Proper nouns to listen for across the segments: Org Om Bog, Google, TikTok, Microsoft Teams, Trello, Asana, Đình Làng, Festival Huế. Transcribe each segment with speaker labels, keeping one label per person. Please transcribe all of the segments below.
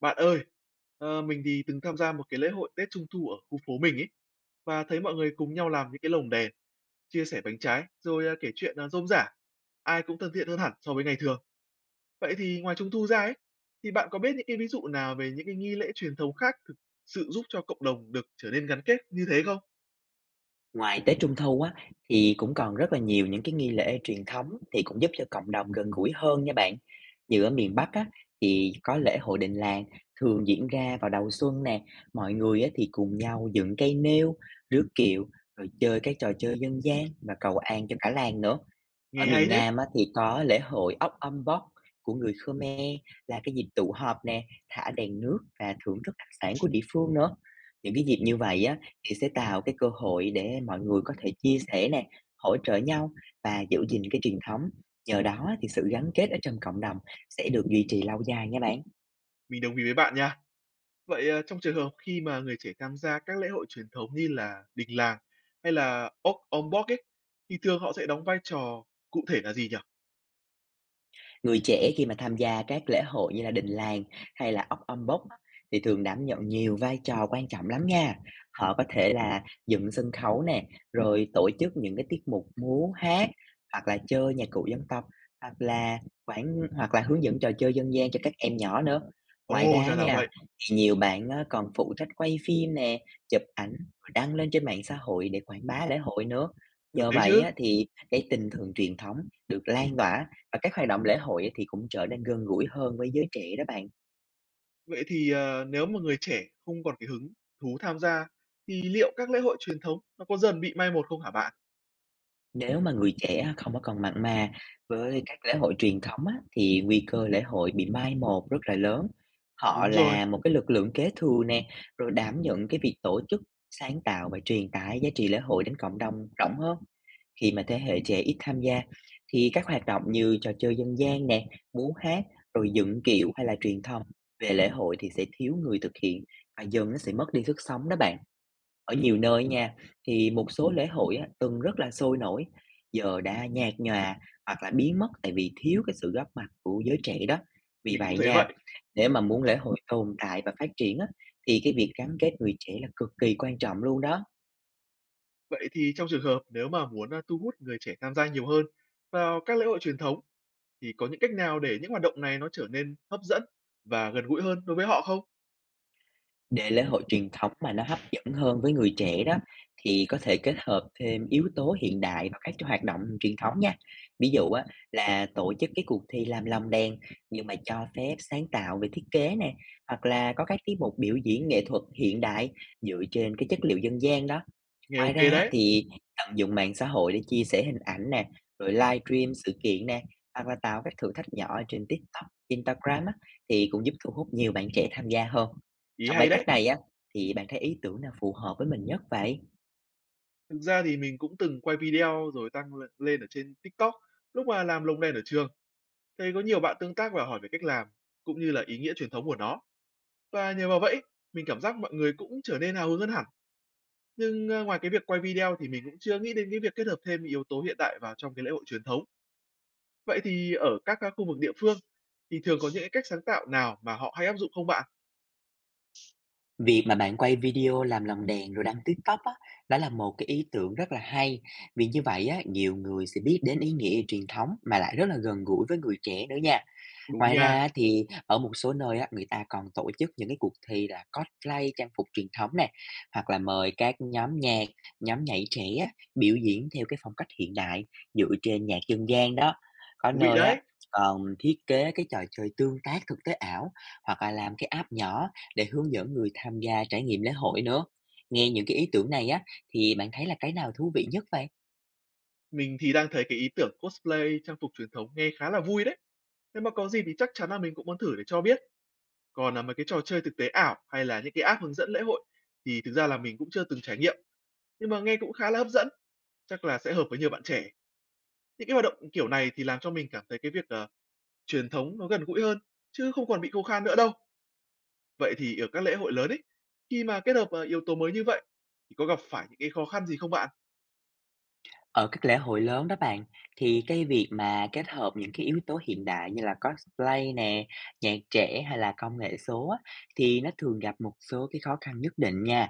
Speaker 1: Bạn ơi, mình thì từng tham gia một cái lễ hội Tết Trung thu ở khu phố mình ấy và thấy mọi người cùng nhau làm những cái lồng đèn, chia sẻ bánh trái, rồi kể chuyện rôm rả. Ai cũng thân thiện hơn hẳn so với ngày thường. Vậy thì ngoài Trung thu ra ấy, thì bạn có biết những cái ví dụ nào về những cái nghi lễ truyền thống khác thực sự giúp cho cộng đồng được trở nên gắn kết như thế không?
Speaker 2: Ngoài Tết Trung thu á, thì cũng còn rất là nhiều những cái nghi lễ truyền thống thì cũng giúp cho cộng đồng gần gũi hơn nha bạn. Như ở miền Bắc á, thì có lễ hội đình làng thường diễn ra vào đầu xuân nè. Mọi người á, thì cùng nhau dựng cây nêu, rước kiệu, rồi chơi các trò chơi dân gian và cầu an cho cả làng nữa. Ở
Speaker 1: Nghe
Speaker 2: miền
Speaker 1: hay thế,
Speaker 2: Nam á, thì có lễ hội ốc âm bốc của người Khmer là cái dịp tụ họp nè, thả đèn nước và thưởng thức đặc sản của địa phương nữa. Những cái dịp như vậy á, thì sẽ tạo cái cơ hội để mọi người có thể chia sẻ nè, hỗ trợ nhau và giữ gìn cái truyền thống. Nhờ đó thì sự gắn kết ở trong cộng đồng sẽ được duy trì lâu dài nha bạn.
Speaker 1: mình đồng ý với bạn nha. Vậy, trong trường hợp khi mà người trẻ tham gia các lễ hội truyền thống như là Đình Làng hay là Org Om Bog ấy, thì thường họ sẽ đóng vai trò cụ thể là gì nhỉ?
Speaker 2: Người trẻ khi mà tham gia các lễ hội như là đình làng hay là ốc âm bốc á, thì thường đảm nhận nhiều vai trò quan trọng lắm nha. Họ có thể là dựng sân khấu nè, rồi tổ chức những cái tiết mục múa, hát, hoặc là chơi nhạc cụ dân tộc, hoặc là quản hoặc là hướng dẫn trò chơi dân gian cho các em nhỏ nữa. Ngoài
Speaker 1: Ồ,
Speaker 2: ra
Speaker 1: ra là
Speaker 2: nha,
Speaker 1: vậy,
Speaker 2: thì nhiều bạn á, còn phụ trách quay phim nè, chụp ảnh rồi đăng lên trên mạng xã hội để quảng bá lễ hội nữa.
Speaker 1: được
Speaker 2: Nhờ
Speaker 1: đấy
Speaker 2: vậy
Speaker 1: chứ.
Speaker 2: á, thì cái tinh thần truyền thống được lan tỏa và các hoạt động lễ hội á thì cũng trở nên gần gũi hơn với giới trẻ đó bạn.
Speaker 1: Vậy thì, nếu mà người trẻ không còn cái hứng thú tham gia, thì liệu các lễ hội truyền thống nó có dần bị mai một không hả bạn?
Speaker 2: Nếu mà người trẻ á không có còn mặn mà với các lễ hội truyền thống á, thì nguy cơ lễ hội bị mai một rất là lớn. Họ
Speaker 1: Đúng rồi,
Speaker 2: là một cái lực lượng kế thừa nè, rồi đảm nhận cái việc tổ chức, sáng tạo và truyền tải giá trị lễ hội đến cộng đồng rộng hơn. Khi mà thế hệ trẻ ít tham gia thì các hoạt động như trò chơi dân gian nè, múa hát, rồi dựng kiệu hay là truyền thông về lễ hội thì sẽ thiếu người thực hiện và dần nó sẽ mất đi sức sống đó bạn. Ở nhiều nơi nha, thì một số lễ hội á, từng rất là sôi nổi, giờ đã nhạt nhòa hoặc là biến mất tại vì thiếu cái sự góp mặt của giới trẻ đó. Vì
Speaker 1: mình cũng
Speaker 2: vậy
Speaker 1: thấy
Speaker 2: nha,
Speaker 1: vậy.
Speaker 2: để mà muốn lễ hội tồn tại và phát triển á, thì cái việc gắn kết người trẻ là cực kỳ quan trọng luôn đó.
Speaker 1: Vậy thì trong trường hợp nếu mà muốn, thu hút người trẻ tham gia nhiều hơn vào các lễ hội truyền thống, thì có những cách nào để những hoạt động này nó trở nên hấp dẫn và gần gũi hơn đối với họ không?
Speaker 2: Để lễ hội truyền thống mà nó hấp dẫn hơn với người trẻ đó, thì có thể kết hợp thêm yếu tố hiện đại vào các cái hoạt động truyền thống nha. Ví dụ á, là tổ chức cái cuộc thi làm lồng đèn nhưng mà cho phép sáng tạo về thiết kế nè, hoặc là có các tiết mục biểu diễn nghệ thuật hiện đại dựa trên cái chất liệu dân gian đó.
Speaker 1: Nghe
Speaker 2: Ngoài
Speaker 1: ok
Speaker 2: ra á
Speaker 1: đấy.
Speaker 2: thì tận dụng mạng xã hội để chia sẻ hình ảnh nè, rồi livestream sự kiện nè, hoặc là tạo các thử thách nhỏ ở trên TikTok, Instagram á, thì cũng giúp thu hút nhiều bạn trẻ tham gia hơn.
Speaker 1: Ý
Speaker 2: Trong mấy
Speaker 1: hay
Speaker 2: cách
Speaker 1: đấy!
Speaker 2: này á, thì bạn thấy ý tưởng nào phù hợp với mình nhất vậy?
Speaker 1: Thực ra thì mình cũng từng quay video rồi tăng lên lên ở trên TikTok lúc mà làm lồng đèn ở trường, thấy có nhiều bạn tương tác và hỏi về cách làm, cũng như là ý nghĩa truyền thống của nó. Và nhờ vào vậy, mình cảm giác mọi người cũng trở nên hào hứng hơn hẳn. Nhưng, ngoài cái việc quay video thì mình cũng chưa nghĩ đến cái việc kết hợp thêm yếu tố hiện đại vào trong cái lễ hội truyền thống. Vậy thì ở các, khu vực địa phương thì thường có những cái cách sáng tạo nào mà họ hay áp dụng không bạn?
Speaker 2: Việc mà bạn quay video làm lồng đèn rồi đăng TikTok á, đó là một cái ý tưởng rất là hay. Vì như vậy á, nhiều người sẽ biết đến ý nghĩa truyền thống mà lại rất là gần gũi với người trẻ nữa nha.
Speaker 1: Đúng
Speaker 2: Ngoài
Speaker 1: nha,
Speaker 2: ra thì ở một số nơi á, người ta còn tổ chức những cái cuộc thi là cosplay trang phục truyền thống nè, hoặc là mời các nhóm nhạc, nhóm nhảy trẻ á, biểu diễn theo cái phong cách hiện đại dựa trên nhạc dân gian đó. Có
Speaker 1: thú vị
Speaker 2: nơi á,
Speaker 1: đấy!
Speaker 2: còn thiết kế cái trò chơi tương tác thực tế ảo hoặc là làm cái app nhỏ để hướng dẫn người tham gia trải nghiệm lễ hội nữa. Nghe những cái ý tưởng này á, thì bạn thấy là cái nào thú vị nhất vậy?
Speaker 1: Mình thì đang thấy cái ý tưởng cosplay trang phục truyền thống nghe khá là vui đấy. Nếu mà có gì thì chắc chắn là mình cũng muốn thử để cho biết. Còn là mấy cái trò chơi thực tế ảo hay là những cái app hướng dẫn lễ hội thì thực ra là mình cũng chưa từng trải nghiệm. Nhưng mà nghe cũng khá là hấp dẫn, chắc là sẽ hợp với nhiều bạn trẻ. Những cái hoạt động kiểu này thì làm cho mình cảm thấy cái việc truyền thống nó gần gũi hơn chứ không còn bị khô khan nữa đâu. Vậy thì ở các lễ hội lớn ấy, khi mà kết hợp yếu tố mới như vậy thì có gặp phải những cái khó khăn gì không bạn?
Speaker 2: Ở các lễ hội lớn đó bạn, thì cái việc mà kết hợp những cái yếu tố hiện đại như là cosplay nè, nhạc trẻ hay là công nghệ số á, thì nó thường gặp một số cái khó khăn nhất định nha.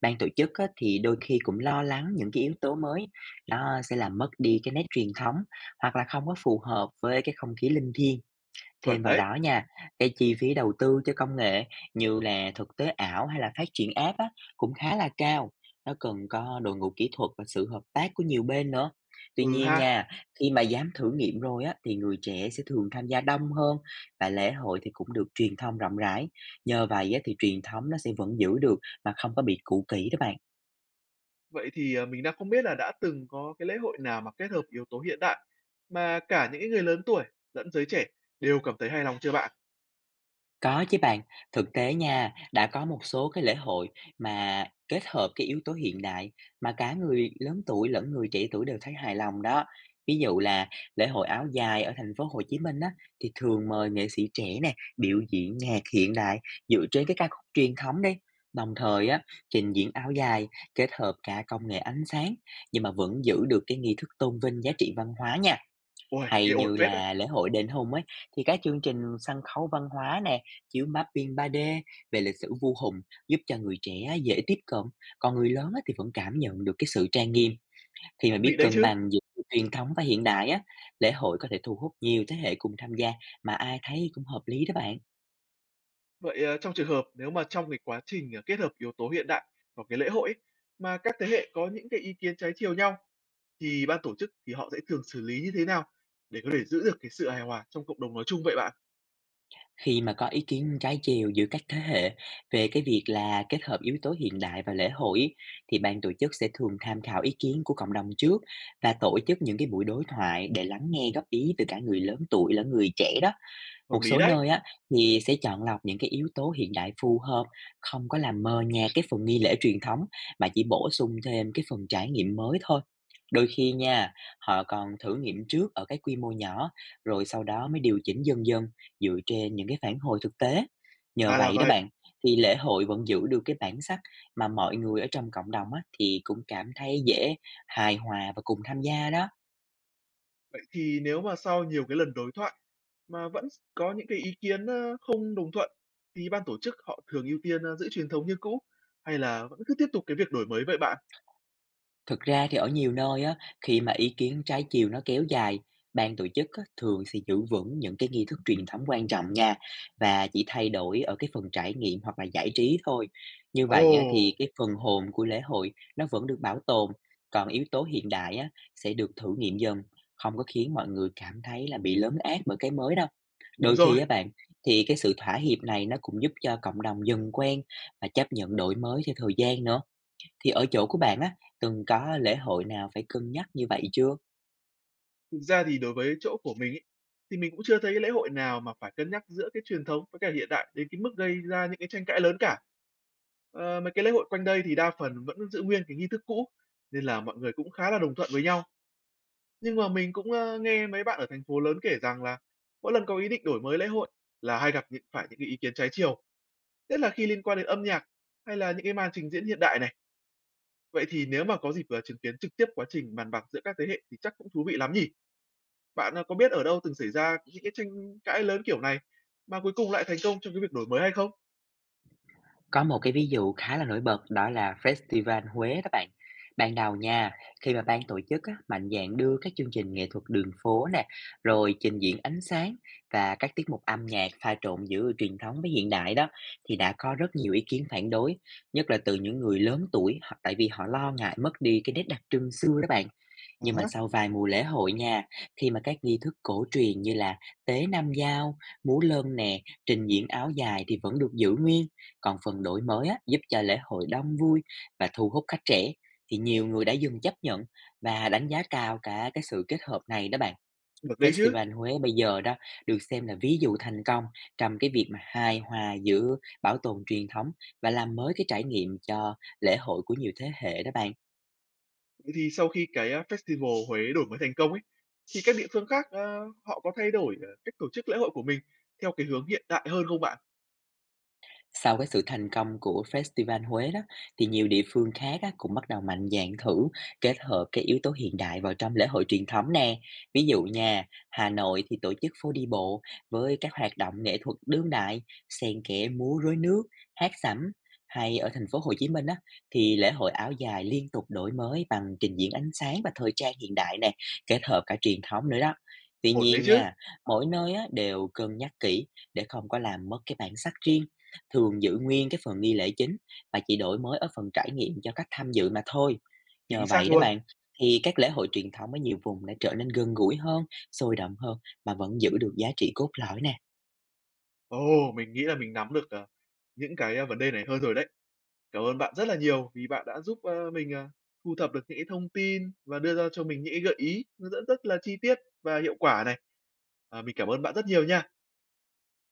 Speaker 2: Ban tổ chức á, thì đôi khi cũng lo lắng những cái yếu tố mới nó sẽ làm mất đi cái nét truyền thống hoặc là không có phù hợp với cái không khí linh thiêng. Thêm
Speaker 1: Chuẩn
Speaker 2: vào
Speaker 1: đấy.
Speaker 2: đó nha, cái chi phí đầu tư cho công nghệ như là thực tế ảo hay là phát triển app á, cũng khá là cao. Nó cần có đội ngũ kỹ thuật và sự hợp tác của nhiều bên nữa. Tuy
Speaker 1: Ừ
Speaker 2: nhiên
Speaker 1: ha.
Speaker 2: nha, khi mà dám thử nghiệm rồi á, thì người trẻ sẽ thường tham gia đông hơn và lễ hội thì cũng được truyền thông rộng rãi. Nhờ vậy á, thì truyền thống nó sẽ vẫn giữ được mà không có bị cũ kỹ đó bạn.
Speaker 1: Vậy thì, mình đang không biết là đã từng có cái lễ hội nào mà kết hợp yếu tố hiện đại mà cả những cái người lớn tuổi lẫn giới trẻ đều cảm thấy hài lòng chưa bạn?
Speaker 2: Có chứ bạn, thực tế nha, đã có một số cái lễ hội mà kết hợp cái yếu tố hiện đại mà cả người lớn tuổi lẫn người trẻ tuổi đều thấy hài lòng đó. Ví dụ là lễ hội áo dài ở thành phố Hồ Chí Minh á, thì thường mời nghệ sĩ trẻ nè biểu diễn nhạc hiện đại dựa trên cái ca khúc truyền thống đi. Đồng thời á, trình diễn áo dài kết hợp cả công nghệ ánh sáng nhưng mà vẫn giữ được cái nghi thức tôn vinh giá trị văn hóa nha.
Speaker 1: Ôi,
Speaker 2: Hay
Speaker 1: nghe ổn
Speaker 2: như
Speaker 1: phết đấy,
Speaker 2: là lễ hội đền Hùng ấy, thì các chương trình sân khấu văn hóa nè, chiếu mapping 3D về lịch sử vua Hùng giúp cho người trẻ dễ tiếp cận, còn người lớn á thì vẫn cảm nhận được cái sự trang nghiêm. Khi mà
Speaker 1: thú
Speaker 2: biết
Speaker 1: vị đấy
Speaker 2: cân
Speaker 1: chứ.
Speaker 2: bằng giữa truyền thống và hiện đại á, lễ hội có thể thu hút nhiều thế hệ cùng tham gia mà ai thấy cũng hợp lý đó bạn.
Speaker 1: Vậy, trong trường hợp nếu mà trong cái quá trình, kết hợp yếu tố hiện đại vào cái lễ hội ấy, mà các thế hệ có những cái ý kiến trái chiều nhau thì ban tổ chức thì họ sẽ thường xử lý như thế nào để có thể giữ được cái sự hài hòa trong cộng đồng nói chung vậy bạn?
Speaker 2: Khi mà có ý kiến trái chiều giữa các thế hệ về cái việc là kết hợp yếu tố hiện đại và lễ hội ý, thì ban tổ chức sẽ thường tham khảo ý kiến của cộng đồng trước và tổ chức những cái buổi đối thoại để lắng nghe góp ý từ cả người lớn tuổi lẫn người trẻ đó.
Speaker 1: Hợp
Speaker 2: Một
Speaker 1: lý
Speaker 2: số
Speaker 1: đấy,
Speaker 2: nơi á, thì sẽ chọn lọc những cái yếu tố hiện đại phù hợp, không có làm mờ nhạt cái phần nghi lễ truyền thống mà chỉ bổ sung thêm cái phần trải nghiệm mới thôi. Đôi khi nha, họ còn thử nghiệm trước ở cái quy mô nhỏ, rồi sau đó mới điều chỉnh dần dần dựa trên những cái phản hồi thực tế. Nhờ
Speaker 1: ra là
Speaker 2: vậy đó
Speaker 1: vậy.
Speaker 2: bạn, thì lễ hội vẫn giữ được cái bản sắc mà mọi người ở trong cộng đồng á, thì cũng cảm thấy dễ hài hòa và cùng tham gia đó.
Speaker 1: Vậy thì nếu mà sau nhiều cái lần đối thoại mà vẫn có những cái ý kiến, không đồng thuận thì ban tổ chức họ thường ưu tiên, giữ truyền thống như cũ hay là vẫn cứ tiếp tục cái việc đổi mới vậy bạn?
Speaker 2: Thực ra thì ở nhiều nơi á, khi mà ý kiến trái chiều nó kéo dài, ban tổ chức á, thường sẽ giữ vững những cái nghi thức truyền thống quan trọng nha và chỉ thay đổi ở cái phần trải nghiệm hoặc là giải trí thôi. Như
Speaker 1: Ồ,
Speaker 2: vậy á, thì cái phần hồn của lễ hội nó vẫn được bảo tồn, còn yếu tố hiện đại á, sẽ được thử nghiệm dần, không có khiến mọi người cảm thấy là bị lấn át bởi cái mới đâu.
Speaker 1: đúng
Speaker 2: Đôi khi
Speaker 1: rồi,
Speaker 2: á bạn, thì cái sự thỏa hiệp này nó cũng giúp cho cộng đồng dần quen và chấp nhận đổi mới theo thời gian nữa, thì ở chỗ của bạn á, từng có lễ hội nào phải cân nhắc như vậy chưa?
Speaker 1: thực ra thì đối với chỗ của mình ấy, thì mình cũng chưa thấy cái lễ hội nào mà phải cân nhắc giữa cái truyền thống với cả hiện đại đến cái mức gây ra những cái tranh cãi lớn cả. Mấy cái lễ hội quanh đây thì đa phần vẫn giữ nguyên cái nghi thức cũ nên là mọi người cũng khá là đồng thuận với nhau. Nhưng mà mình cũng, nghe mấy bạn ở thành phố lớn kể rằng là mỗi lần có ý định đổi mới lễ hội là hay gặp phải những cái ý kiến trái chiều, nhất là khi liên quan đến âm nhạc hay là những cái màn trình diễn hiện đại này. Vậy thì nếu mà có dịp, chứng kiến trực tiếp quá trình bàn bạc giữa các thế hệ thì chắc cũng thú vị lắm nhỉ? Bạn, có biết ở đâu từng xảy ra những cái tranh cãi lớn kiểu này mà cuối cùng lại thành công trong cái việc đổi mới hay không?
Speaker 2: Có một cái ví dụ khá là nổi bật đó là Festival Huế đó bạn. Ban đầu nha, khi mà ban tổ chức á, mạnh dạn đưa các chương trình nghệ thuật đường phố nè, rồi trình diễn ánh sáng và các tiết mục âm nhạc pha trộn giữa truyền thống với hiện đại đó, thì đã có rất nhiều ý kiến phản đối, nhất là từ những người lớn tuổi, tại vì họ lo ngại mất đi cái nét đặc trưng xưa đó bạn. Nhưng mà
Speaker 1: À.
Speaker 2: sau vài mùa lễ hội nha, khi mà các nghi thức cổ truyền như là tế nam giao, múa lân nè, trình diễn áo dài thì vẫn được giữ nguyên, còn phần đổi mới á, giúp cho lễ hội đông vui và thu hút khách trẻ, thì nhiều người đã dừng chấp nhận và đánh giá cao cả cái sự kết hợp này đó bạn.
Speaker 1: Được đấy chứ.
Speaker 2: Festival Huế bây giờ đó được xem là ví dụ thành công trong cái việc mà hài hòa giữa bảo tồn truyền thống và làm mới cái trải nghiệm cho lễ hội của nhiều thế hệ đó bạn.
Speaker 1: Vậy thì sau khi cái, Festival Huế đổi mới thành công ấy, thì các địa phương khác, họ có thay đổi, cách tổ chức lễ hội của mình theo cái hướng hiện đại hơn không bạn?
Speaker 2: Sau cái sự thành công của Festival Huế đó, thì nhiều địa phương khác á, cũng bắt đầu mạnh dạn thử kết hợp cái yếu tố hiện đại vào trong lễ hội truyền thống nè. Ví dụ nha, Hà Nội thì tổ chức phố đi bộ với các hoạt động nghệ thuật đương đại, xen kẽ múa rối nước, hát sẩm. Hay ở thành phố Hồ Chí Minh á, thì lễ hội áo dài liên tục đổi mới bằng trình diễn ánh sáng và thời trang hiện đại nè, kết hợp cả truyền thống nữa đó. Tuy
Speaker 1: Ổn đấy
Speaker 2: nhiên
Speaker 1: chứ,
Speaker 2: nha, mỗi nơi á, đều cân nhắc kỹ để không có làm mất cái bản sắc riêng, thường giữ nguyên cái phần nghi lễ chính và chỉ đổi mới ở phần trải nghiệm cho cách tham dự mà thôi.
Speaker 1: chính
Speaker 2: Nhờ vậy
Speaker 1: xác
Speaker 2: đó
Speaker 1: luôn.
Speaker 2: bạn, thì các lễ hội truyền thống ở nhiều vùng đã trở nên gần gũi hơn, sôi động hơn mà vẫn giữ được giá trị cốt lõi nè.
Speaker 1: Ồ, mình nghĩ là mình nắm được, những cái, vấn đề này hơn rồi đấy. Cảm ơn bạn rất là nhiều vì bạn đã giúp, mình, thu thập được những cái thông tin và đưa ra cho mình những cái gợi ý hướng dẫn rất là chi tiết và hiệu quả này. À, mình cảm ơn bạn rất nhiều nha.